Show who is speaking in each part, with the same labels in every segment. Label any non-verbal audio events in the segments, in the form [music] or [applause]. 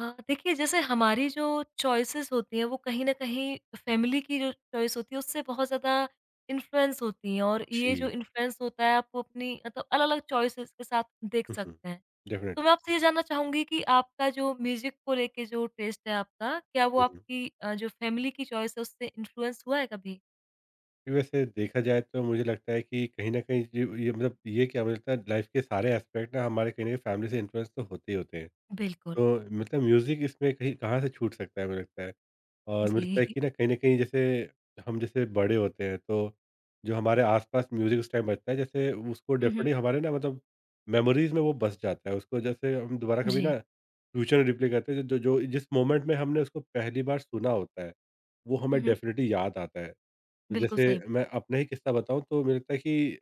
Speaker 1: हाँ, देखिए जैसे हमारी जो चॉइसेस होती हैं वो कहीं न कहीं फैमिली की जो चॉइस होती है उससे बहुत ज़्यादा इन्फ्लुएंस होती हैं और ये जो
Speaker 2: जी।
Speaker 1: इन्फ्लुएंस होता है आप वो अपनी मतलब अलग-अलग चॉइसेस के साथ देख
Speaker 2: हुँ, हुँ।
Speaker 1: सकते हैं।
Speaker 2: डेफ़िनेट
Speaker 1: तो मैं आपसे ये जानना चाहूँगी कि आपका जो म्यूज़िक को लेके जो टेस्ट है आपका, क्या वो
Speaker 2: हुँ, हुँ।
Speaker 1: आपकी जो फैमिली की चॉइस है उससे इन्फ्लुएंस हुआ है कभी?
Speaker 2: ये वैसे देखा जाए तो मुझे लगता है कि कहीं न कहीं जो ये मतलब ये क्या मुझे लगता है लाइफ़ के सारे एस्पेक्ट ना हमारे कहीं न कहीं फैमिली से इन्फ्लुएंस तो होते ही होते हैं।
Speaker 1: बिल्कुल।
Speaker 2: तो मतलब म्यूज़िक इसमें कहीं कहाँ से छूट सकता है मुझे लगता है? और मुझे लगता है
Speaker 1: जी।
Speaker 2: कि ना कहीं न कहीं जैसे हम जैसे बड़े होते हैं तो जो हमारे आस-पास म्यूज़िक उस टाइम बजता है जैसे उसको
Speaker 1: हुँ, हुँ।
Speaker 2: डेफ़िनेटली हमारे ना मतलब मेमोरीज़ में वो बस जाता है। उसको जैसे हम दोबारा कभी
Speaker 1: जी।
Speaker 2: ना फ्यूचर में रिप्ले करते हैं जो जो जिस मोमेंट में हमने उसको पहली बार सुना होता है, वो
Speaker 1: हुँ,
Speaker 2: हमें
Speaker 1: हुँ।
Speaker 2: डेफ़िनेटली याद आता है। तो
Speaker 1: बिल्कुल
Speaker 2: जैसे
Speaker 1: सही बात।
Speaker 2: मैं अपना ही किस्सा बताऊँ तो मुझे लगता है कि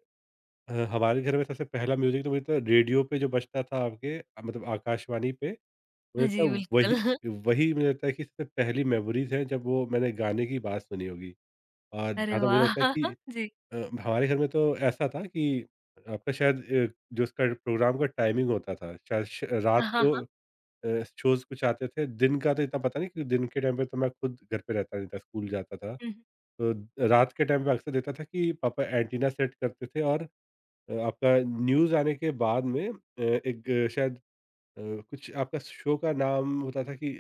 Speaker 2: ह हमारे घर में सबसे पहला म्यूज़िक तो मुझे लगता है रेडियो पे जो बजता था आपके मतलब आकाशवाणी पे। मुझे लगता
Speaker 1: जी,
Speaker 2: है
Speaker 1: बिल्कुल।
Speaker 2: वही,
Speaker 1: [laughs]
Speaker 2: वही मुझे लगता है कि सबसे पहली मेमोरीज़ हैं जब वो मैंने गाने की बात सुनी होगी। और
Speaker 1: अरे
Speaker 2: जहाँ तक मुझे
Speaker 1: वाह!
Speaker 2: लगता है कि
Speaker 1: [laughs] जी।
Speaker 2: हमारे घर में तो ऐसा था कि आपका शायद जो उसका प्रोग्राम का टाइमिंग होता था शायद श रात
Speaker 1: हाँ,
Speaker 2: को
Speaker 1: हाँ।
Speaker 2: शोज़ कुछ आते थे, दिन का तो इतना पता नहीं, क्योंकि दिन के टाइम पे तो मैं खुद घर पे रहता नहीं था, स्कूल जाता था।
Speaker 1: हुँ, हुँ।
Speaker 2: तो रात के टाइम पे अक्सर देखता था कि पापा एंटीना सेट करते थे और आपका न्यूज़ आने के बाद में एक शायद अ, कुछ आपका शो का नाम होता था कि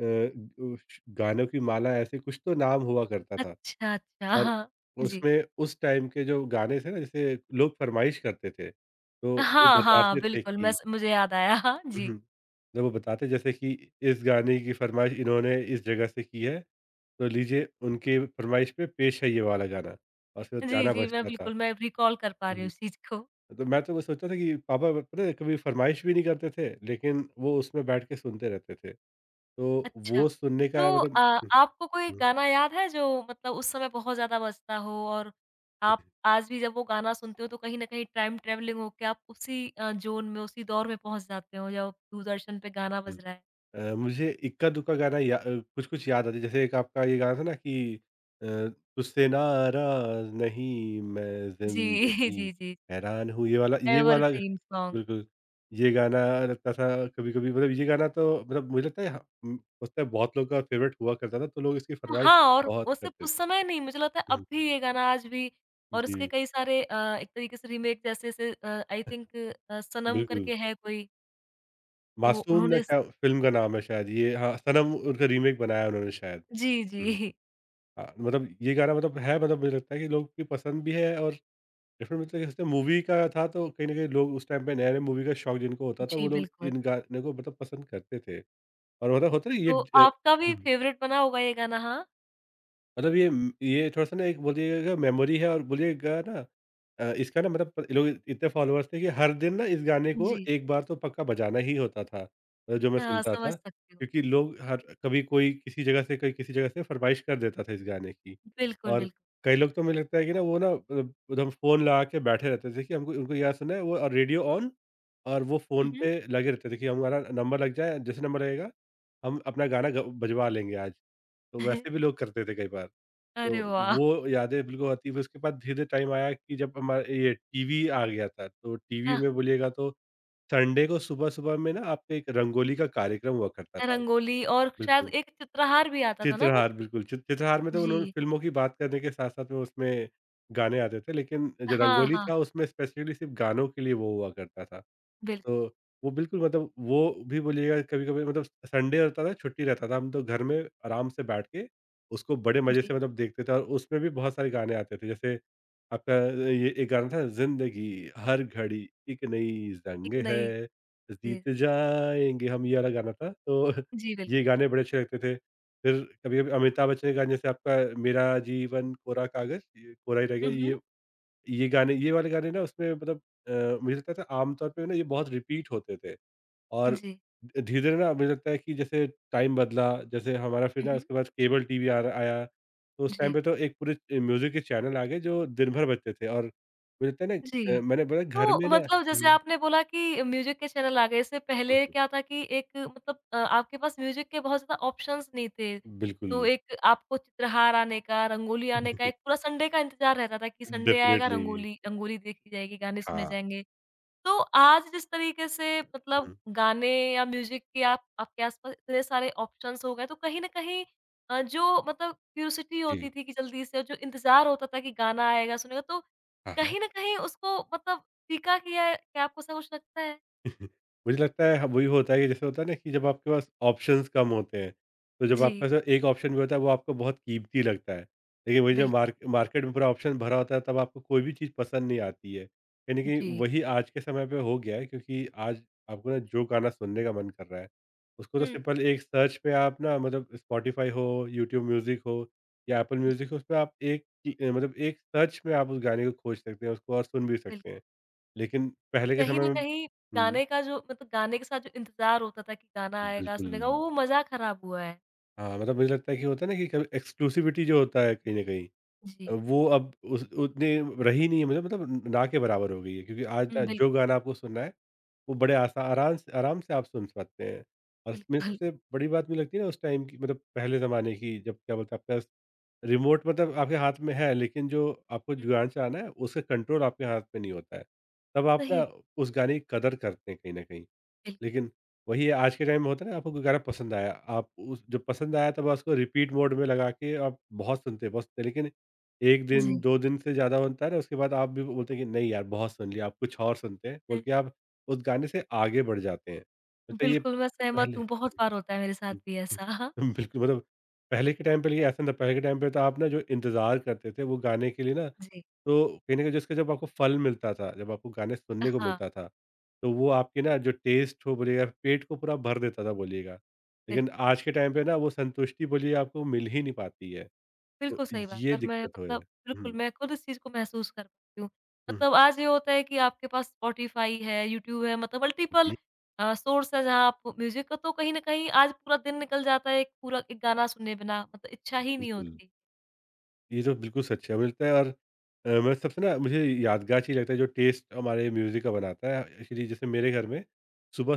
Speaker 2: अ, उ श गानों की माला ऐसे कुछ तो नाम हुआ करता था।
Speaker 1: अच्छा, अच्छा,
Speaker 2: और
Speaker 1: हाँ। जी।
Speaker 2: उसमें उस टाइम के जो गाने थे ना जैसे लोग फ़रमाइश करते थे, तो वो
Speaker 1: हाँ, हाँ,
Speaker 2: बताते थे
Speaker 1: बिल्कुल, मैं
Speaker 2: कि
Speaker 1: स मुझे याद आया। हाँ, जी।
Speaker 2: हुँ, जब वो बताते जैसे कि इस गाने की फ़रमाइश इन्होंने इस जगह से की है, तो लीजिए उनके फ़रमाइश पे पेश है ये वाला गाना, और फिर
Speaker 1: जी,
Speaker 2: गाना
Speaker 1: जी, मैं
Speaker 2: बजता था।
Speaker 1: बिल्कुल, मैं रिकॉल कर पा रही हूँ
Speaker 2: हुँ,
Speaker 1: इस चीज़ को।
Speaker 2: तो मैं तो वो सोचता था कि पापा पता है कभी फ़रमाइश भी नहीं करते थे, लेकिन वो उसमें बैठ के सुनते रहते थे। तो
Speaker 1: अच्छा,
Speaker 2: वो सुनने
Speaker 1: तो
Speaker 2: का मतलब। हम्म,
Speaker 1: आपको कोई
Speaker 2: हम्म,
Speaker 1: गाना याद है जो मतलब उस समय बहुत ज़्यादा बजता हो और आप
Speaker 2: हम्म,
Speaker 1: आज भी जब वो गाना सुनते हो तो कहीं न कहीं टाइम ट्रैवलिंग होके आप उसी ज़ोन में, उसी दौर में पहुँच जाते हो जब दूरदर्शन पे गाना बज
Speaker 2: हम्म।
Speaker 1: रहा है?
Speaker 2: मुझे इक्का-दुक्का गाना या कुछ-कुछ याद आता है। जैसे एक आपका ये गाना था ना कि अ, तुझसे नाराज़ नहीं मैं
Speaker 1: जी, [laughs]
Speaker 2: ज़िंदगी,
Speaker 1: जी, जी।
Speaker 2: हैरान हूँ, ये वाला, ये वाला,
Speaker 1: एवरग्रीन सॉन्ग।
Speaker 2: बिल्कुल, ये गाना लगता था कभी-कभी। मतलब ये गाना तो मतलब मुझे लगता है हाँ, लगता है बहुत लोगों का फ़ेवरेट हुआ करता था, तो लोग इसकी फरमाइश
Speaker 1: हाँ, और
Speaker 2: बहुत
Speaker 1: वो सिर्फ़
Speaker 2: करते थे।
Speaker 1: उस समय नहीं मुझे लगता है अब
Speaker 2: हुँ,
Speaker 1: भी ये गाना आज भी और उसके
Speaker 2: जी,
Speaker 1: कई सारे एक तरीके से रीमेक जैसे से आई थिंक सनम
Speaker 2: बिल्कुल।
Speaker 1: करके है कोई वो
Speaker 2: मासूम ना
Speaker 1: उन्होंने स
Speaker 2: क्या फ़िल्म का नाम है शायद ये? हाँ, सनम, उनका रीमेक बनाया उन्होंने शायद।
Speaker 1: जी,
Speaker 2: हुँ।
Speaker 1: जी।
Speaker 2: हाँ, मतलब ये गाना मतलब है मतलब मुझे लगता है कि लोग की पसंद भी है, और डिफरेंट मतलब जैसे मूवी का था तो कहीं न कहीं लोग उस टाइम पे नए-नए मूवी का शौक जिनको होता था
Speaker 1: जी,
Speaker 2: वो लोग
Speaker 1: बिल्कुल।
Speaker 2: इन गाने को मतलब पसंद करते थे, और मतलब होता है ना ये
Speaker 1: तो
Speaker 2: ज
Speaker 1: आपका भी
Speaker 2: हुँ।
Speaker 1: फ़ेवरेट बना होगा ये गाना हाँ?
Speaker 2: मतलब ये ये थोड़ा-सा ना एक बोलिएगा मेमोरी है, और बोलिएगा ना इसका ना मतलब प लोग इतने फ़ॉलोअर्स थे कि हर दिन ना इस गाने को
Speaker 1: जी।
Speaker 2: एक बार तो पक्का बजाना ही होता था, जो मैं
Speaker 1: हाँ,
Speaker 2: सुनता
Speaker 1: समझ
Speaker 2: था।
Speaker 1: सकती हूँ।
Speaker 2: क्योंकि लोग हर कभी कोई किसी जगह से कोई किसी जगह से फ़रमाइश कर देता था इस गाने की।
Speaker 1: बिल्कुल,
Speaker 2: और
Speaker 1: बिल्कुल।
Speaker 2: कई लोग तो मुझे लगता है कि ना वो ना एकदम फ़ोन लगा के बैठे रहते थे कि हमको उनको यहाँ सुनना है वो, और रेडियो ऑन, और वो
Speaker 1: हुँ,
Speaker 2: फ़ोन
Speaker 1: हुँ।
Speaker 2: पे लगे रहते थे कि हमारा नंबर लग जाए, जैसे नंबर लगेगा, हम अपना गाना ग बजवा लेंगे आज। तो वैसे भी
Speaker 1: [laughs]
Speaker 2: लोग करते थे कई बार। तो
Speaker 1: अरे वाह!
Speaker 2: वो यादें बिल्कुल आती है। फिर उसके बाद धीरे-धीरे टाइम आया कि जब हमारा ये टीवी आ गया था, तो टीवी
Speaker 1: अह,
Speaker 2: में बोलिएगा तो संडे को सुबह-सुबह में ना आपका एक रंगोली का कार्यक्रम हुआ करता था।
Speaker 1: रंगोली और शायद
Speaker 2: बिल्कुल,
Speaker 1: एक चित्रहार भी आता था ना कुछ?
Speaker 2: चित्रहार बिल्कुल, चित्रहार में तो उन्होंने
Speaker 1: जी।
Speaker 2: फ़िल्मों की बात करने के साथ-साथ में उसमें गाने आते थे, लेकिन जो
Speaker 1: हाँ,
Speaker 2: रंगोली
Speaker 1: हाँ।
Speaker 2: था उसमें स्पेसिफ़िकली सिर्फ़ गानों के लिए वो हुआ करता था।
Speaker 1: बिल्कुल,
Speaker 2: तो वो बिल्कुल मतलब वो भी बोलिएगा कभी-कभी मतलब संडे होता था, छुट्टी रहता था, हम तो घर में आराम से बैठ के उसको बड़े मज़े से
Speaker 1: जी।
Speaker 2: मतलब देखते थे, और उसमें भी बहुत सारे गाने आते थे। जैसे आपका ये एक गाना था, ज़िंदगी हर घड़ी एक नई
Speaker 1: एक
Speaker 2: जंग
Speaker 1: नई
Speaker 2: है,
Speaker 1: जी,
Speaker 2: जीत जाएँगे हम, ये वाला गाना था। तो
Speaker 1: जी बिल्कुल।
Speaker 2: ये गाने बड़े अच्छे लगते थे। फिर कभी-कभी अमिताभ बच्चन के गाने जैसे आपका मेरा जीवन कोरा कागज़, ये कोरा ही रह गया,
Speaker 1: हुँ, हुँ।
Speaker 2: ये गाने, ये वाले गाने ना उसमें मतलब मुझे लगता था आमतौर पे ना ये बहुत रिपीट होते थे। और
Speaker 1: जी।
Speaker 2: धीरे-धीरे ना मुझे लगता है कि जैसे टाइम बदला, जैसे हमारा फिर
Speaker 1: हुँ,
Speaker 2: ना
Speaker 1: हुँ।
Speaker 2: उसके बाद केबल टीवी आ र आया, तो उस टाइम
Speaker 1: जी,
Speaker 2: पे तो एक पूरे म्यूज़िक के चैनल आ गए जो दिन भर बजते थे, और मुझे लगता है ना
Speaker 1: जी।
Speaker 2: मैंने बोला घर
Speaker 1: तो
Speaker 2: में ना।
Speaker 1: मतलब जैसे
Speaker 2: हुँ,
Speaker 1: आपने बोला कि म्यूज़िक के चैनल आ गए, इससे
Speaker 2: हुँ,
Speaker 1: पहले
Speaker 2: हुँ,
Speaker 1: क्या था कि एक मतलब आपके पास म्यूज़िक के बहुत ज़्यादा ऑप्शंस नहीं थे।
Speaker 2: बिल्कुल।
Speaker 1: तो एक आपको चित्रहार आने का, रंगोली आने का, एक
Speaker 2: [laughs]
Speaker 1: पूरा संडे का इंतज़ार रहता था कि संडे आएगा
Speaker 2: डेफ़िनेटली,
Speaker 1: रंगोली रंगोली देखी जाएगी, गाने सुने
Speaker 2: हाँ।
Speaker 1: जाएँगे। तो आज जिस तरीके से मतलब
Speaker 2: हुँ,
Speaker 1: गाने या म्यूजिक के आप आपके आसपास इतने सारे ऑप्शंस हो गए तो कहीं न कहीं जो मतलब क्यूरियोसिटी
Speaker 2: जी।
Speaker 1: होती थी कि जल्दी से और जो इंतज़ार होता था कि गाना आएगा, सुनेगा तो
Speaker 2: हाँ, हाँ।
Speaker 1: कहीं न कहीं उसको मतलब फ़ीका किया है, क्या आपको ऐसा कुछ लगता है?
Speaker 2: [laughs] मुझे लगता है ह वही होता है कि जैसे होता है ना कि जब आपके पास ऑप्शंस कम होते हैं, तो जब
Speaker 1: जी,
Speaker 2: आपके पास एक ऑप्शन भी होता है वो आपको बहुत कीमती लगता है। लेकिन वही जब
Speaker 1: बिल्कुल,
Speaker 2: मार्केट में पूरा ऑप्शन भरा होता है तब आपको कोई भी चीज़ पसंद नहीं आती है। यानी कि
Speaker 1: जी।
Speaker 2: वही आज के समय पे हो गया है, क्योंकि आज आपको ना जो गाना सुनने का मन कर रहा है, उसको तो
Speaker 1: हुँ।
Speaker 2: सिंपल एक सर्च पे आप ना मतलब स्पॉटिफ़ाई हो, यूट्यूब म्यूज़िक हो, या एप्पल
Speaker 1: जी,
Speaker 2: म्यूज़िक हो, उसमें आप एक की मतलब एक सर्च में आप उस गाने को खोज सकते हैं, उसको और सुन भी
Speaker 1: बिल्कुल।
Speaker 2: सकते हैं। लेकिन
Speaker 1: और
Speaker 2: पहले के
Speaker 1: कहीं
Speaker 2: समय
Speaker 1: न
Speaker 2: में।
Speaker 1: कहीं
Speaker 2: हुँ।
Speaker 1: गाने का जो मतलब गाने के साथ जो इंतज़ार होता था कि गाना आएगा,
Speaker 2: बिल्कुल।
Speaker 1: सुनेगा वो मज़ा ख़राब हुआ है।
Speaker 2: हाँ, मतलब मुझे लगता है कि होता है ना कि कभी एक्सक्लूसिविटी जो होता है कहीं न कहीं
Speaker 1: जी।
Speaker 2: वो अब उस उतने रही नहीं है, मतलब ना के बराबर हो गई है, क्योंकि आज
Speaker 1: हुँ।
Speaker 2: ना
Speaker 1: बिल्कुल,
Speaker 2: जो गाना आपको सुनना है, वो बड़े आसा आराम से आप सुन पाते हैं। और इसमें
Speaker 1: बिल्कुल।
Speaker 2: सबसे बड़ी बात मुझे लगती है ना उस टाइम की, मतलब पहले ज़माने की, जब क्या बोलते हैं आपका रिमोट मतलब आपके हाथ में है, लेकिन जो आपको
Speaker 1: हुँ।
Speaker 2: जो गाना चलाना है उसका कंट्रोल आपके हाथ में नहीं होता है। तब आप ना
Speaker 1: सही
Speaker 2: उस गाने की कदर करते हैं कहीं न कहीं।
Speaker 1: बिल
Speaker 2: लेकिन वही है आज के टाइम में होता है ना आपको कोई गाना पसंद आया, आप उस जब पसंद आया तब उसको रिपीट मोड में लगा के आप बहुत सुनते हैं बहुत सुनते हैं, लेकिन 1 दिन,
Speaker 1: जी।
Speaker 2: 2 दिन से ज़्यादा होता है ना उसके बाद आप भी बोलते हैं कि नहीं यार बहुत सुन लिया, आप कुछ और सुनते हैं, बोल के आप उस गाने से आगे बढ़ जाते हैं। मतलब ये
Speaker 1: बिल्कुल, मैं सहमत
Speaker 2: पहले
Speaker 1: हूँ, बहुत बार होता है मेरे साथ
Speaker 2: [laughs]
Speaker 1: भी
Speaker 2: हुँ,
Speaker 1: ऐसा। हाँ
Speaker 2: हुँ। बिल्कुल, मतलब पहले के टाइम पे लेकिन ऐसा नहीं था, पहले के टाइम पे तो आप ना जो इंतज़ार करते थे वो गाने के लिए ना,
Speaker 1: जी।
Speaker 2: तो कहीं न कहीं जिसका जब आपको फल मिलता था, जब आपको गाने
Speaker 1: अ,
Speaker 2: सुनने को
Speaker 1: हाँ,
Speaker 2: मिलता था, तो वो आपके ना जो टेस्ट हो बोलिएगा, पेट को पूरा भर देता था बोलिएगा।
Speaker 1: बिल्क
Speaker 2: लेकिन आज के टाइम पे ना वो संतुष्टि बोलिए आपको मिल ही नहीं पाती है, तो
Speaker 1: बिल्कुल सही बात
Speaker 2: ये
Speaker 1: है और मैं
Speaker 2: दिक्कत हो है।
Speaker 1: मतलब बिल्कुल,
Speaker 2: हुँ,
Speaker 1: मैं खुद इस चीज़ को महसूस कर पाती हूँ।
Speaker 2: हुँ,
Speaker 1: मतलब आज ये होता है कि आपके पास स्पॉटिफ़ाई है, यूट्यूब है, मतलब मल्टीपल
Speaker 2: जी,
Speaker 1: सोर्स है जहाँ आप म्यूज़िक का तो कहीं न कहीं आज पूरा दिन निकल जाता है, एक गाना सुने बिना, मतलब इच्छा ही नहीं
Speaker 2: बिल्कुल।
Speaker 1: होती।
Speaker 2: ये तो बिल्कुल सच है। मुझे लगता है, और मैं सबसे ना मुझे यादगार चीज़ लगता है जो टेस्ट हमारे म्यूज़िक का बनाता है एक्चुअली, जैसे मेरे घर में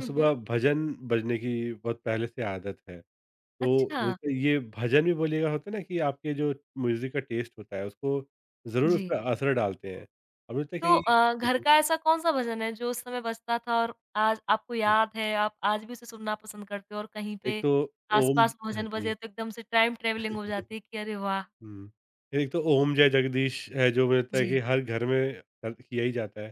Speaker 1: हुँ, हुँ।
Speaker 2: भजन बजने की बहुत पहले से आदत है। तो
Speaker 1: अच्छा।
Speaker 2: मुझे ये भजन भी बोलिएगा होता है ना कि आपके जो म्यूज़िक का टेस्ट होता है उसको ज़रूर उस
Speaker 1: जी।
Speaker 2: पे असर डालते हैं। अब मुझे लगता है
Speaker 1: तो
Speaker 2: कि हुँ,
Speaker 1: घर
Speaker 2: हुँ,
Speaker 1: का ऐसा कौन-सा भजन है जो उस समय बजता था और आज आपको
Speaker 2: हुँ।
Speaker 1: याद है, आप आज भी उसे सुनना पसंद करते हो और कहीं
Speaker 2: एक
Speaker 1: पे
Speaker 2: तो ओम
Speaker 1: आस-पास भजन
Speaker 2: जी।
Speaker 1: बजे तो एकदम से टाइम ट्रैवलिंग हो जाती है कि अरे वाह!
Speaker 2: हुँ। एक तो ओम जय जगदीश है जो मुझे लगता है कि
Speaker 1: जी।
Speaker 2: हर घर में किया ही जाता है।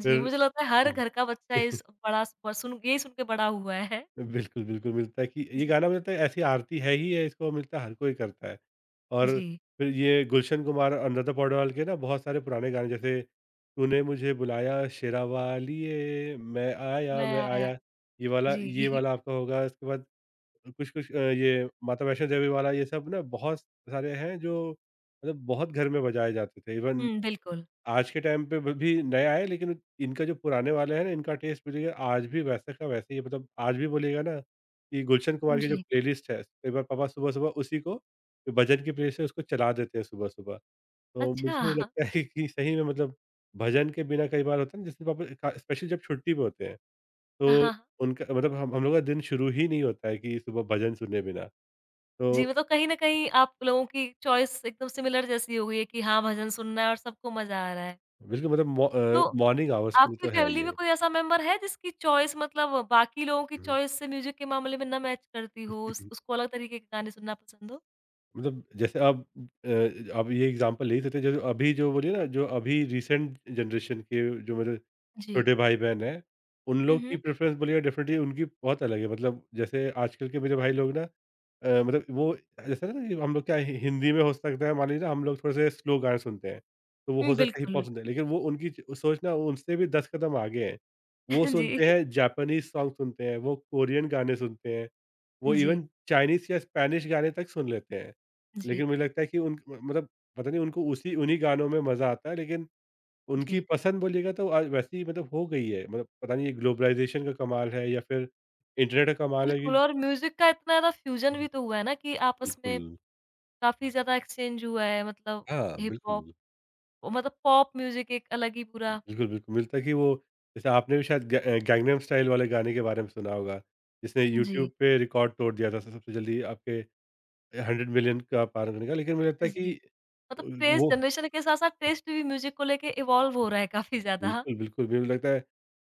Speaker 1: जी,
Speaker 2: फिर
Speaker 1: मुझे लगता है हर
Speaker 2: हुँ।
Speaker 1: घर का बच्चा
Speaker 2: [laughs]
Speaker 1: इस बड़ा ब सुन यही सुन के बड़ा हुआ है।
Speaker 2: बिल्कुल, बिल्कुल, मिलता है कि ये
Speaker 1: जी,
Speaker 2: गाना मुझे लगता है ऐसी आरती है ही है, इसको मिलता है हर कोई करता है। और
Speaker 1: जी,
Speaker 2: फिर ये गुलशन कुमार और अनुराधा पौडवाल के ना बहुत सारे पुराने गाने, जैसे तूने मुझे बुलाया शेरा वालिए,
Speaker 1: मैं
Speaker 2: मैं
Speaker 1: आया।
Speaker 2: आया, ये
Speaker 1: जी।
Speaker 2: वाला
Speaker 1: [laughs]
Speaker 2: आपका होगा। इसके बाद कुछ-कुछ ये माता वैष्णो देवी वाला, ये सब ना बहुत सारे हैं जो मतलब बहुत घर में बजाए जाते थे। इवन
Speaker 1: हुँ, बिल्कुल।
Speaker 2: आज के टाइम पे ब भी नया है, लेकिन इनका जो पुराने वाले हैं ना इनका टेस्ट बोलिएगा आज भी वैसे का वैसे ही है, मतलब आज भी बोलिएगा ना कि गुलशन कुमार की जो
Speaker 1: जी।
Speaker 2: प्लेलिस्ट है, कई बार पापा सुबह-सुबह उसी को, जो भजन की प्लेलिस्ट है उसको चला देते हैं सुबह-सुबह। तो
Speaker 1: अच्छा।
Speaker 2: मुझे
Speaker 1: हाँ,
Speaker 2: लगता है कि सही में मतलब भजन के बिना कई बार होता है ना, जैसे पापा खा स्पेशली जब छुट्टी पे होते हैं,
Speaker 1: हाँ।
Speaker 2: तो
Speaker 1: हाँ।
Speaker 2: उनका मतलब हम लोग का दिन शुरू ही नहीं होता है कि सुबह भजन सुने बिना।
Speaker 1: जी,
Speaker 2: तो
Speaker 1: मतलब कहीं न कहीं आप लोगों की चॉइस एकदम सिमिलर जैसी हो गई है कि हाँ, भजन सुनना है और सबको मज़ा आ रहा है।
Speaker 2: बिल्कुल मतलब
Speaker 1: तो
Speaker 2: मॉर्निंग आवर्स के लिए
Speaker 1: आपकी
Speaker 2: तो है
Speaker 1: फैमिली में
Speaker 2: ये।
Speaker 1: कोई ऐसा मेंबर है जिसकी चॉइस मतलब बाकी लोगों की
Speaker 2: हुँ।
Speaker 1: चॉइस से म्यूज़िक के मामले में ना मैच करती हो, उस उसको अलग तरीके के गाने सुनना पसंद हो?
Speaker 2: मतलब जैसे आप ये एग्ज़ाम्पल ले ही सकते हैं जैसे अभी जो बोलिए ना जो अभी रिसेंट जनरेशन के जो मेरे
Speaker 1: जी।
Speaker 2: छोटे भाई-बहन हैं, उन
Speaker 1: हुँ,
Speaker 2: लोग की
Speaker 1: हुँ।
Speaker 2: प्रेफ़रेंस बोलिएगा डेफ़िनेटली उनकी बहुत अलग है। मतलब जैसे आजकल के मेरे भाई लोग ना वो जैसे ना कि हम लोग क्या हि हिंदी में हो सकता है मान लीजिए हम लोग थोड़े से स्लो गाने सुनते हैं, तो वो
Speaker 1: हुँ,
Speaker 2: हो सकता है
Speaker 1: बिल्कुल,
Speaker 2: हिप-हॉप
Speaker 1: बिल्कुल।
Speaker 2: सुनते हैं, लेकिन वो उनकी च सोच ना उनसे भी 10 कदम आगे है। वो
Speaker 1: [laughs] जी।
Speaker 2: सुनते हैं जापानीज़ सॉन्ग सुनते हैं, वो कोरियन गाने सुनते हैं, वो
Speaker 1: जी,
Speaker 2: इवन चाइनीज़ या स्पेनिश गाने तक सुन लेते हैं।
Speaker 1: जी,
Speaker 2: लेकिन मुझे लगता है कि उन म मतलब पता नहीं उनको उसी उन्हीं गानों में मज़ा आता है, लेकिन उनकी
Speaker 1: जी।
Speaker 2: पसंद बोलिएगा तो आज वैसी ही मतलब हो गई है, मतलब पता नहीं ये ग्लोबलाइज़ेशन का कमाल है या फिर इंटरनेट का कमाल है
Speaker 1: बिल्कुल
Speaker 2: कि
Speaker 1: और म्यूज़िक का इतना ज़्यादा फ्यूज़न
Speaker 2: हुँ,
Speaker 1: भी
Speaker 2: हुँ,
Speaker 1: तो हुआ है ना कि आपस में
Speaker 2: बिल्कुल।
Speaker 1: काफ़ी ज़्यादा एक्सचेंज हुआ है मतलब
Speaker 2: हाँ,
Speaker 1: हिप-हॉप
Speaker 2: बिल्कुल।
Speaker 1: मतलब पॉप म्यूज़िक एक अलग ही पूरा
Speaker 2: बिल्कुल, बिल्कुल, मिलता है कि वो जैसे आपने भी शायद गैंगनम स्टाइल वाले गाने के बारे में सुना होगा, जिसने
Speaker 1: जी।
Speaker 2: यूट्यूब पे रिकॉर्ड तोड़ दिया था स सबसे जल्दी 100 मिलियन का पार होने का। लेकिन मुझे लगता है
Speaker 1: जी।
Speaker 2: कि अ,
Speaker 1: मतलब टेस्ट
Speaker 2: वो
Speaker 1: जनरेशन के साथ-साथ टेस्ट भी म्यूज़िक को लेके इवॉल्व हो रहा है काफ़ी ज़्यादा।
Speaker 2: बिल्कुल, बिल्कुल, मुझे लगता है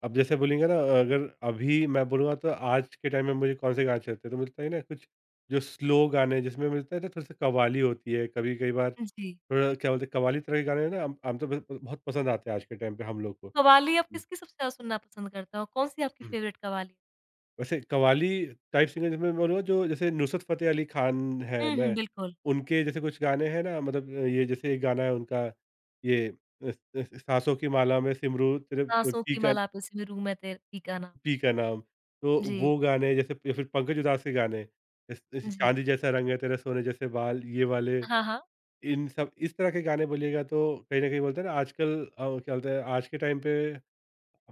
Speaker 2: अब जैसे बोलेंगे ना अगर अभी मैं बोलूँगा तो आज के टाइम में मुझे कौन-से गाने अच्छे लगते हैं, तो मिलता है ना कुछ जो स्लो गाने जिसमें मिलता है ना थोड़ी-सी कव्वाली होती है, कभी कई बार
Speaker 1: जी।
Speaker 2: थोड़ा क्या बोलते हैं, कव्वाली तरह के गाने ना आम आमतौर पे बहुत पसंद आते हैं आज के टाइम पे हम लोग को।
Speaker 1: कव्वाली आप किसकी सबसे ज़्यादा सुनना पसंद करते हो? कौन-सी आपकी
Speaker 2: हुँ।
Speaker 1: फेवरेट कव्वाली?
Speaker 2: वैसे कव्वाली टाइप सिंगर जिसमें मैं बोलूँगा जो जैसे नुसरत फ़तेह अली खान है,
Speaker 1: हुँ, हुँ,
Speaker 2: मैं
Speaker 1: बिल्कुल।
Speaker 2: उनके जैसे कुछ गाने हैं ना मतलब ये जैसे एक गाना है उनका ये अ, स स सासों की माला में सिमरू तेरे
Speaker 1: साँसों की माला पे से भी रूह में तेरी का नाम।
Speaker 2: पी का नाम। तो
Speaker 1: जी,
Speaker 2: वो गाने जैसे या फिर पंकज उधास के गाने जैसे
Speaker 1: जी।
Speaker 2: चाँदी जैसा रंग है तेरा, सोने जैसे बाल, ये वाले
Speaker 1: हाँ, हाँ।
Speaker 2: इन सब इस तरह के गाने बोलिएगा तो कहीं न कहीं बोलते हैं ना क्या बोलते हैं आज के टाइम पे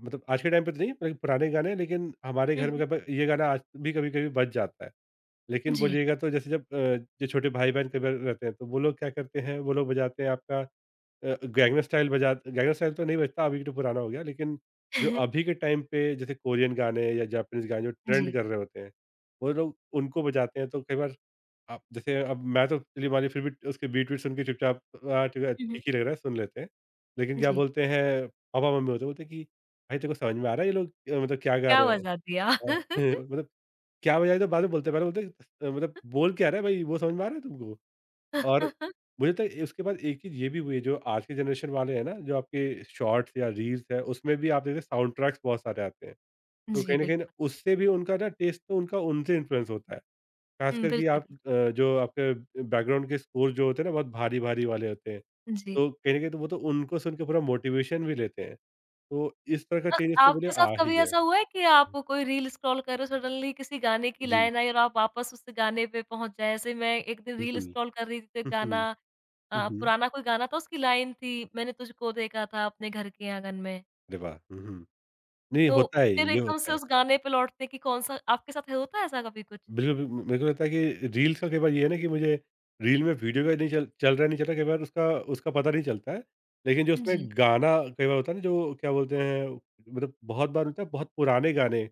Speaker 2: मतलब आज के टाइम पे तो नहीं, मतलब पुराने गाने लेकिन हमारे
Speaker 1: हुँ,
Speaker 2: घर में
Speaker 1: हुँ।
Speaker 2: कभी ये गाना आज भी कभी-कभी बज जाता है। लेकिन
Speaker 1: जी।
Speaker 2: बोलिएगा तो जैसे जो छोटे भाई-बहन कई बार रहते हैं, तो वो लोग क्या करते हैं, वो लोग बजाते हैं गैंगना स्टाइल तो नहीं बजता, अभी तो पुराना हो गया, लेकिन जो
Speaker 1: [laughs]
Speaker 2: अभी के टाइम पे जैसे कोरियन गाने या जापानीज़ गाने जो ट्रेंड
Speaker 1: जी।
Speaker 2: कर रहे होते हैं, वो लोग उनको बजाते हैं, तो कई बार आप जैसे अब मैं तो चलिए मानिए फिर भी उसके बीट वीट सुन के चुपचाप हाँ, ठीक है
Speaker 1: हुँ, हुँ।
Speaker 2: ठीक ही लग रहा है सुन लेते हैं। लेकिन क्या
Speaker 1: जी।
Speaker 2: बोलते हैं पापा-मम्मी होते हैं, बोलते हैं कि भाई तेरे को समझ में आ रहा है ये मतलब क्या गा
Speaker 1: क्या
Speaker 2: रहे हैं?
Speaker 1: मज़ा दिया।
Speaker 2: अ, [laughs] मतलब क्या बजाए तो बाद में बोलते हैं, पहले बोलते हैं मतलब बोल क्या रहा है भाई वो समझ में आ रहा है तुमको? और
Speaker 1: [laughs]
Speaker 2: मुझे तो उसके बाद एक चीज़ ये भी हुई है जो आज के जनरेशन वाले हैं ना जो आपके शॉर्ट्स या रील्स है उसमें भी आप देखिए साउंड ट्रैक्स बहुत सारे आते हैं। तो
Speaker 1: जी,
Speaker 2: कहीं न कहीं ना
Speaker 1: बिल्कुल।
Speaker 2: उससे भी उनका ना टेस्ट तो उनका उनसे इन्फ्लुएंस होता है।
Speaker 1: हुँ,
Speaker 2: खासकर कि
Speaker 1: बिल्कुल, बिल्कुल।
Speaker 2: जो आपके बैकग्राउंड के स्कोर जो होते हैं ना बहुत भारी-भारी वाले होते हैं।
Speaker 1: जी।
Speaker 2: तो कहीं न कहीं तो वो तो उनको सुन के पूरा मोटिवेशन भी लेते हैं। तो इस तरह का चेंजेस तो बोलिए
Speaker 1: आपके साथ
Speaker 2: आ ही
Speaker 1: कभी
Speaker 2: गया।
Speaker 1: ऐसा हुआ है कि आप कोई रील स्क्रॉल कर रहे हो, सडनली किसी गाने की
Speaker 2: जी,
Speaker 1: लाइन आई और आप वापस उस गाने पे पहुँच जाए? जैसे मैं एक दिन रील
Speaker 2: बिल्कुल।
Speaker 1: स्क्रॉल कर रही थी, तो
Speaker 2: [laughs]
Speaker 1: एक
Speaker 2: हुँ,
Speaker 1: गाना
Speaker 2: हुँ। हुँ, हुँ।
Speaker 1: पुराना कोई गाना था उसकी लाइन थी, मैंने तुझको देखा था अपने घर के आँगन में।
Speaker 2: अरे वाह! हुँ, हुँ। नहीं
Speaker 1: तो
Speaker 2: होता है,
Speaker 1: फिर
Speaker 2: ये
Speaker 1: एकदम
Speaker 2: होता
Speaker 1: से
Speaker 2: है।
Speaker 1: उस गाने पे लौटते कि कौन-सा आपके साथ है- होता है ऐसा कभी कुछ?
Speaker 2: बिल्कुल, बिल्कुल, मेरे को लगता है कि रील्स का कई बार ये है ना कि मुझे रील में वीडियो का नहीं चल चल रहा है, नहीं चल रहा, कई बार उसका उसका पता नहीं चलता है। लेकिन जो
Speaker 1: जी।
Speaker 2: उसमें गाना कई बार होता है ना जो क्या बोलते हैं मतलब बहुत बार होता है बहुत पुराने गाने,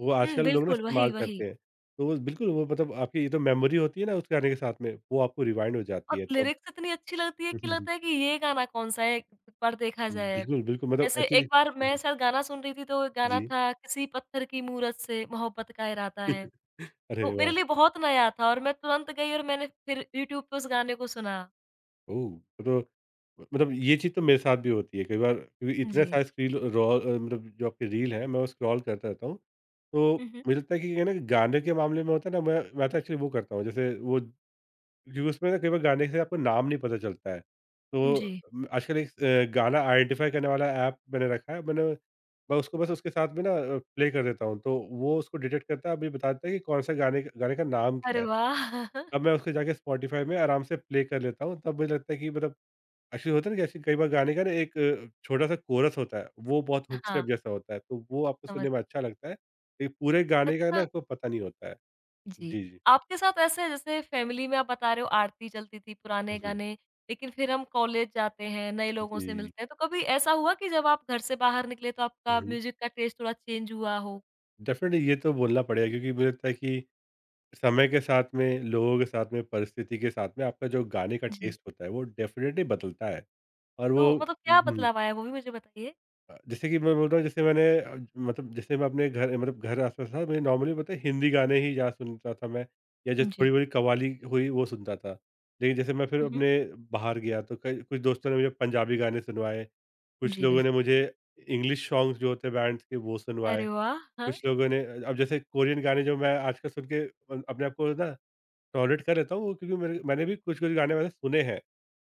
Speaker 2: वो
Speaker 1: हुँ,
Speaker 2: आजकल लोग ना
Speaker 1: बिल्कुल वही,
Speaker 2: इस्तेमाल
Speaker 1: वही।
Speaker 2: करते हैं। तो वो बिल्कुल वो मतलब आपकी ये तो मेमोरी होती है ना उस गाने के साथ में, वो आपको रिवाइंड हो जाती
Speaker 1: और
Speaker 2: है तब।
Speaker 1: लिरिक्स इतनी अच्छी लगती है कि लगता है
Speaker 2: [laughs]
Speaker 1: कि ये गाना कौन-सा है, एक बार देखा जाए।
Speaker 2: बिल्कुल, बिल्कुल मतलब [laughs]
Speaker 1: ऐसे एक
Speaker 2: एक्चुअली
Speaker 1: बार मैं
Speaker 2: हुँ,
Speaker 1: शायद गाना सुन रही थी तो एक गाना
Speaker 2: जी।
Speaker 1: था किसी पत्थर की मूरत से मोहब्बत का इरादा है।
Speaker 2: [laughs] अरे
Speaker 1: तो मेरे
Speaker 2: वाह!
Speaker 1: लिए बहुत नया था और मैं तुरंत गई और मैंने फिर यूट्यूब पे उस गाने को सुना।
Speaker 2: ओह! तो मतलब ये चीज़ तो मेरे साथ भी होती है कई बार क्योंकि इतने
Speaker 1: जी।
Speaker 2: सारे मतलब जो आपकी रील है मैं वो स्क्रॉल करता रहता हूँ।
Speaker 1: हुँ,
Speaker 2: तो
Speaker 1: हुँ।
Speaker 2: मुझे लगता है कि ना गाने के मामले में होता है ना मैं तो एक्चुअली वो करता हूँ जैसे वो क्योंकि उसमें ना कई बार गाने से आपको नाम नहीं पता चलता है। तो
Speaker 1: जी।
Speaker 2: आजकल एक गाना आइडेंटिफ़ाई करने वाला ऐप मैंने रखा है मैं उसको बस उसके साथ में प्ले कर देता हूँ तो वो उसको डिटेक्ट करता है अभी बताता है कि कौन-सा गाने गाने का नाम क्या
Speaker 1: अरे
Speaker 2: है।
Speaker 1: वाह! [laughs]
Speaker 2: अब मैं उसको जाके स्पॉटिफ़ाई में आराम से प्ले कर लेता हूँ तब मुझे लगता है कि मतलब एक्चुअली होता है ना कि ऐसे कई बार गाने का ना एक छोटा-सा कोरस होता है, वो बहुत हुक
Speaker 1: हाँ।
Speaker 2: स्टेप जैसा होता है, तो वो आपको
Speaker 1: समझ
Speaker 2: सुनने में अच्छा लगता है, लेकिन पूरे गाने का ना
Speaker 1: अच्छा
Speaker 2: आपको पता नहीं होता है।
Speaker 1: जी।
Speaker 2: जी, जी।
Speaker 1: आपके साथ ऐसे है जैसे फैमिली में आप बता रहे हो आरती चलती थी, पुराने
Speaker 2: हुँ,
Speaker 1: गाने, लेकिन फिर हम कॉलेज जाते हैं, नए लोगों से
Speaker 2: जी।
Speaker 1: मिलते हैं, तो कभी ऐसा हुआ कि जब आप घर से बाहर निकले तो आपका
Speaker 2: हुँ, हुँ।
Speaker 1: म्यूज़िक का टेस्ट थोड़ा चेंज हुआ हो?
Speaker 2: डेफ़िनिटली ये तो बोलना पड़ेगा क्योंकि मुझे लगता है कि समय के साथ में, लोगों के साथ में, परिस्थिति के साथ में आपका जो गाने का
Speaker 1: जी।
Speaker 2: टेस्ट होता है, वो डेफ़िनिटली बदलता है और
Speaker 1: तो
Speaker 2: वो
Speaker 1: मतलब क्या
Speaker 2: हुँ।
Speaker 1: बदलाव आया वो भी मुझे बताइए?
Speaker 2: जैसे कि मैं बोल रहा हूँ मतलब जैसे मैं अपने घर मतलब घर आस-पास था मैं नॉर्मली पता है हिंदी गाने ही ज़्यादा सुनता था मैं या जैसे
Speaker 1: जी।
Speaker 2: थोड़ी-बहुत कव्वाली हुई वो सुनता था। लेकिन जैसे मैं फिर
Speaker 1: हुँ, हुँ।
Speaker 2: अपने बाहर गया तो कई कुछ दोस्तों ने मुझे पंजाबी गाने सुनवाए, कुछ
Speaker 1: जी,
Speaker 2: लोगों
Speaker 1: बिल्कुल।
Speaker 2: ने मुझे इंग्लिश सॉन्ग्स जो होते हैं बैंड्स के वो सुनवाए,
Speaker 1: अरे वाह! हाँ।
Speaker 2: कुछ लोगों ने अब जैसे कोरियन गाने जो मैं आजकल सुन के अपने आप को ना टॉलरेट कर लेता हूँ वो क्योंकि मेरे मैंने भी कुछ-कुछ गाने मैंने सुने हैं।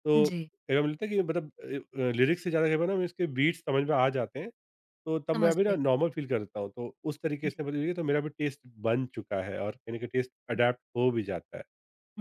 Speaker 2: तो
Speaker 1: जी,
Speaker 2: कई बार मिलता है कि मतलब लिरिक्स से ज़्यादा कई बार ना मैं इसके बीट्स समझ में आ जाते हैं। तो तब मैं
Speaker 1: समझ
Speaker 2: अभी ना नॉर्मल फ़ील करता हूँ, तो उस तरीके
Speaker 1: गई।
Speaker 2: से मतलब ये तो मेरा भी टेस्ट बन चुका है और कहीं न कहीं टेस्ट अडैप्ट हो भी जाता है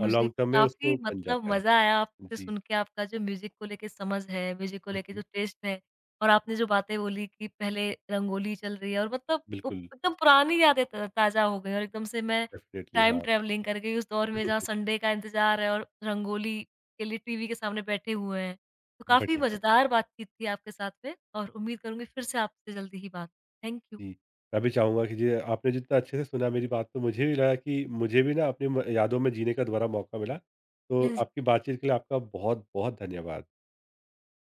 Speaker 2: और लॉन्ग टर्म में
Speaker 1: काफ़ी
Speaker 2: उसको बन
Speaker 1: मतलब
Speaker 2: जाता है।
Speaker 1: मज़ा आया आपसे
Speaker 2: जी।
Speaker 1: सुन के, आपका जो म्यूज़िक को लेके समझ है, म्यूज़िक को
Speaker 2: हुँ,
Speaker 1: लेके जो
Speaker 2: हुँ।
Speaker 1: टेस्ट है और आपने जो बातें बोली कि पहले रंगोली चल रही है और मतलब उप
Speaker 2: बिल्कुल,
Speaker 1: एकदम पुरानी यादें त ताज़ा हो गई और एकदम से मैं
Speaker 2: डेफ़िनिटली
Speaker 1: टाइम
Speaker 2: हाँ।
Speaker 1: ट्रैवलिंग कर गई उस दौर में जहाँ
Speaker 2: [laughs]
Speaker 1: संडे का इंतज़ार है और रंगोली के लिए टीवी के सामने बैठे हुए हैं। तो काफ़ी
Speaker 2: बढ़िया है।
Speaker 1: मज़ेदार बातचीत थी आपके साथ में और उम्मीद करूँगी फिर से आपसे जल्दी ही बात थैंक यू।
Speaker 2: जी, मैं भी चाहूँगा कि जी आपने जितना अच्छे से सुना मेरी बात तो मुझे भी लगा कि मुझे भी ना अपनी म यादों में जीने का दोबारा मौका मिला। तो
Speaker 1: जी।
Speaker 2: आपकी बातचीत के लिए आपका बहुत-बहुत धन्यवाद।